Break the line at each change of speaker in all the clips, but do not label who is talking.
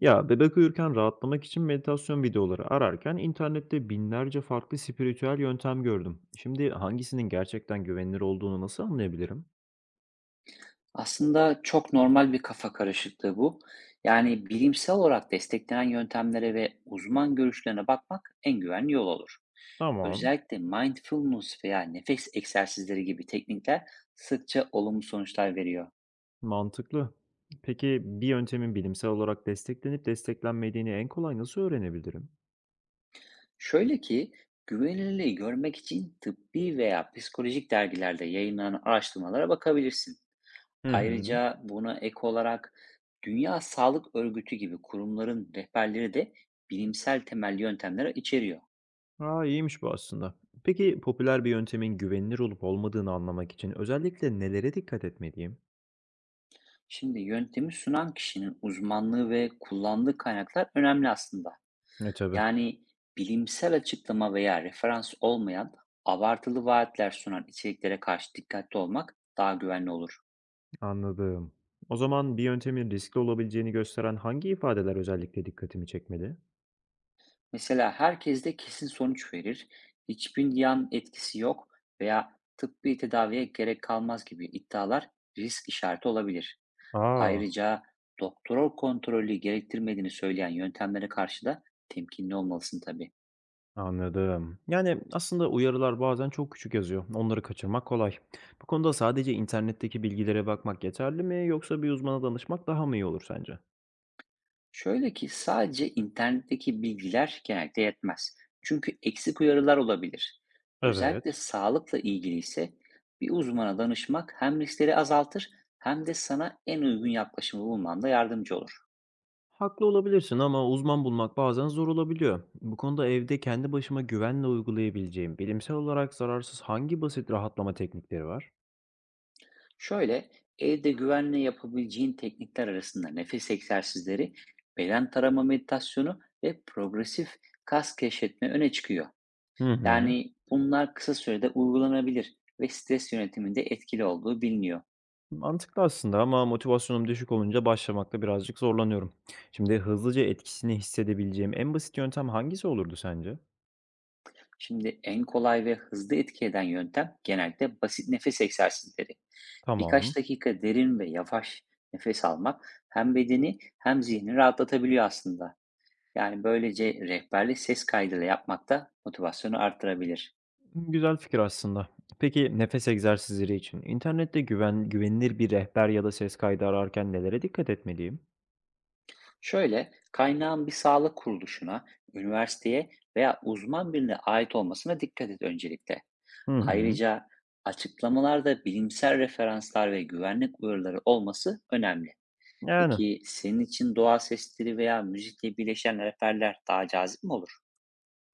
Ya bebek uyurken rahatlamak için meditasyon videoları ararken internette binlerce farklı spiritüel yöntem gördüm. Şimdi hangisinin gerçekten güvenilir olduğunu nasıl anlayabilirim?
Aslında çok normal bir kafa karışıklığı bu. Yani bilimsel olarak desteklenen yöntemlere ve uzman görüşlerine bakmak en güvenli yol olur.
Tamam,
Özellikle mindfulness veya nefes egzersizleri gibi teknikler sıkça olumlu sonuçlar veriyor.
mantıklı. Peki bir yöntemin bilimsel olarak desteklenip desteklenmediğini en kolay nasıl öğrenebilirim?
Şöyle ki, güvenilirliği görmek için tıbbi veya psikolojik dergilerde yayınlanan araştırmalara bakabilirsin.
Hı hı.
Ayrıca, buna ek olarak, Dünya Sağlık Örgütü gibi kurumların rehberleri de bilimsel temelli yöntemleri içeriyor.
Aa, iyiymiş bu aslında. Peki popüler bir yöntemin güvenilir olup olmadığını anlamak için özellikle nelere dikkat etmeliyim?
Şimdi, yöntemi sunan kişinin uzmanlığı ve kullandığı kaynaklar önemli aslında.
E tabii.
Yani, bilimsel açıklama veya referans olmayan, abartılı vaatler sunan içeriklere karşı dikkatli olmak daha güvenli olur.
Anladım. O zaman bir yöntemin riskli olabileceğini gösteren hangi ifadeler özellikle dikkatimi çekmeli?
Mesela, herkes de kesin sonuç verir, hiçbir yan etkisi yok veya tıbbi tedaviye gerek kalmaz gibi iddialar risk işareti olabilir.
Aa,
Ayrıca, doktor kontrolü gerektirmediğini söyleyen yöntemlere karşı da temkinli olmalısın tabii.
anladım. Yani aslında uyarılar bazen çok küçük yazıyor. Onları kaçırmak kolay. Bu konuda sadece internetteki bilgilere bakmak yeterli mi yoksa bir uzmana danışmak daha mı iyi olur sence?
Şöyle ki, sadece internetteki bilgiler genellikle yetmez. Çünkü eksik uyarılar olabilir.
Evet.
Özellikle sağlıkla ilgili ise, bir uzmana danışmak hem riskleri azaltır, hem de sana en uygun yaklaşımı bulmanda yardımcı olur.
Haklı olabilirsin ama uzman bulmak bazen zor olabiliyor. Bu konuda evde kendi başıma güvenle uygulayabileceğim bilimsel olarak zararsız hangi basit rahatlama teknikleri var?
Şöyle, evde güvenle yapabileceğin teknikler arasında nefes egzersizleri, beden tarama meditasyonu ve progresif kas keşfetme öne çıkıyor.
Hı hı.
Yani bunlar kısa sürede uygulanabilir ve stres yönetiminde etkili olduğu biliniyor.
Mantıklı aslında ama motivasyonum düşük olunca başlamakta birazcık zorlanıyorum. Şimdi hızlıca etkisini hissedebileceğim en basit yöntem hangisi olurdu sence?
Şimdi, en kolay ve hızlı etki eden yöntem genellikle basit nefes egzersizleri. Birkaç
Tamam.
dakika derin ve yavaş nefes almak hem bedeni hem zihni rahatlatabiliyor aslında. Yani böylece rehberli ses kaydıyla yapmak da motivasyonu arttırabilir.
Güzel fikir aslında. Peki nefes egzersizleri için internette güvenilir bir rehber ya da ses kaydı ararken nelere dikkat etmeliyim?
Şöyle, kaynağın bir sağlık kuruluşuna, üniversiteye veya uzman birine ait olmasına dikkat et öncelikle.
Hı hı.
Ayrıca, açıklamalarda bilimsel referanslar ve güvenlik uyarıları olması önemli.
Yani
Peki, senin için doğa sesleri veya müzikle birleşen reperler daha cazip mi olur?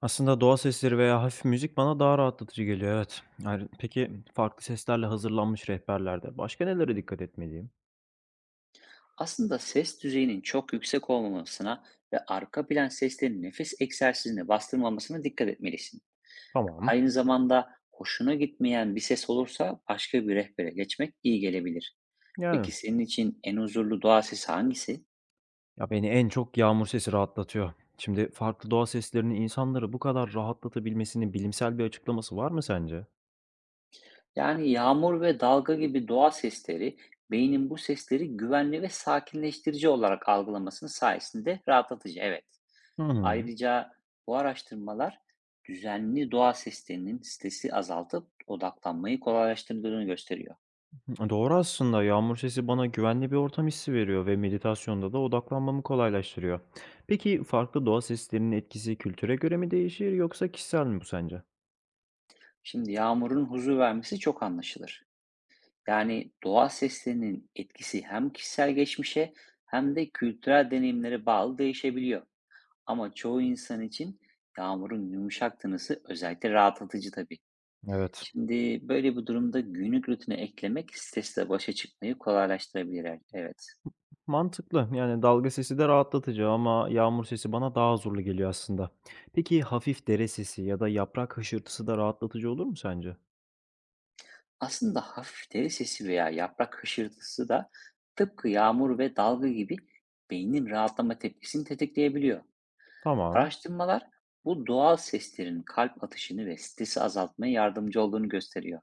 aslında doğa sesleri veya hafif müzik bana daha rahatlatıcı geliyor, evet. Yani peki farklı seslerle hazırlanmış rehberlerde başka nelere dikkat etmeliyim?
Aslında ses düzeyinin çok yüksek olmamasına ve arka plan seslerin nefes egzersizine bastırmamasına dikkat etmelisin.
Tamam.
Aynı zamanda hoşuna gitmeyen bir ses olursa başka bir rehbere geçmek iyi gelebilir.
Yani
Peki, senin için en huzurlu doğa sesi hangisi?
ya, beni en çok yağmur sesi rahatlatıyor. Şimdi farklı doğa seslerinin insanları bu kadar rahatlatabilmesinin bilimsel bir açıklaması var mı sence?
Yani yağmur ve dalga gibi doğa sesleri, beynin bu sesleri güvenli ve sakinleştirici olarak algılamasının sayesinde rahatlatıcı. Evet.
Hı hı.
Ayrıca, bu araştırmalar düzenli doğa seslerinin stresi azaltıp odaklanmayı kolaylaştırdığını gösteriyor.
Doğru aslında. Yağmur sesi bana güvenli bir ortam hissi veriyor ve meditasyonda da odaklanmamı kolaylaştırıyor. Peki farklı doğa seslerinin etkisi kültüre göre mi değişir yoksa kişisel mi bu sence?
Şimdi, yağmurun huzur vermesi çok anlaşılır. Yani doğa seslerinin etkisi hem kişisel geçmişe hem de kültürel deneyimlere bağlı değişebiliyor. Ama çoğu insan için yağmurun yumuşak tınısı özellikle rahatlatıcı tabii.
Evet.
Şimdi, böyle bir durumda günlük rutine eklemek stresle başa çıkmayı kolaylaştırabilir. Evet.
Mantıklı. Yani dalga sesi de rahatlatıcı ama yağmur sesi bana daha huzurlu geliyor aslında. Peki hafif dere sesi ya da yaprak hışırtısı da rahatlatıcı olur mu sence?
Aslında hafif deri sesi veya yaprak hışırtısı da, tıpkı yağmur ve dalga gibi, beynin rahatlama tepkisini tetikleyebiliyor.
Tamam.
Araştırmalar, bu doğal seslerin kalp atışını ve stresi azaltmaya yardımcı olduğunu gösteriyor.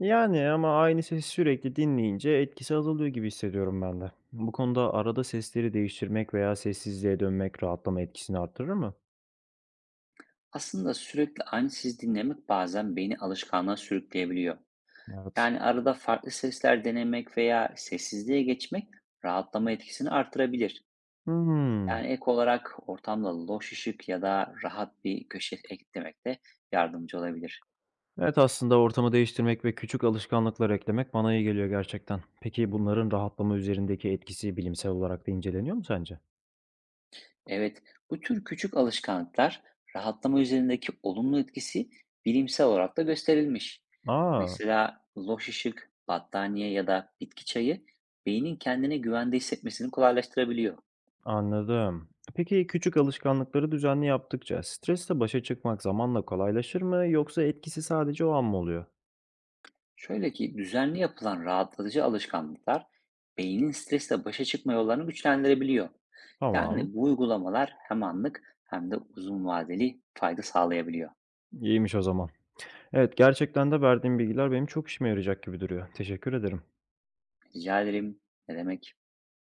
Yani ama aynı sesi sürekli dinleyince etkisi azalıyor gibi hissediyorum ben de. Bu konuda arada sesleri değiştirmek veya sessizliğe dönmek rahatlama etkisini arttırır mı?
Aslında sürekli aynı sesi dinlemek bazen beyni alışkanlığa sürükleyebiliyor.
Evet.
Yani arada farklı sesler denemek veya sessizliğe geçmek rahatlama etkisini artırabilir.
Hmm.
Yani ek olarak, ortamda loş ışık ya da rahat bir köşe eklemek de yardımcı olabilir.
Evet aslında ortamı değiştirmek ve küçük alışkanlıklar eklemek bana iyi geliyor gerçekten. Peki bunların rahatlama üzerindeki etkisi bilimsel olarak da inceleniyor mu sence?
Evet, bu tür küçük alışkanlıklar, rahatlama üzerindeki olumlu etkisi bilimsel olarak da gösterilmiş.
Aa,
Mesela loş ışık, battaniye ya da bitki çayı, beynin kendine güvende hissetmesini kolaylaştırabiliyor.
anladım. Peki küçük alışkanlıkları düzenli yaptıkça stresle başa çıkmak zamanla kolaylaşır mı yoksa etkisi sadece o an mı oluyor?
Şöyle ki, düzenli yapılan rahatlatıcı alışkanlıklar, beynin stresle başa çıkma yollarını güçlendirebiliyor.
Tamam.
Yani bu uygulamalar hem anlık hem de uzun vadeli fayda sağlayabiliyor.
İyiymiş o zaman. Evet, gerçekten de verdiğin bilgiler benim çok işime yarayacak gibi duruyor. Teşekkür ederim.
Rica ederim. Ne demek?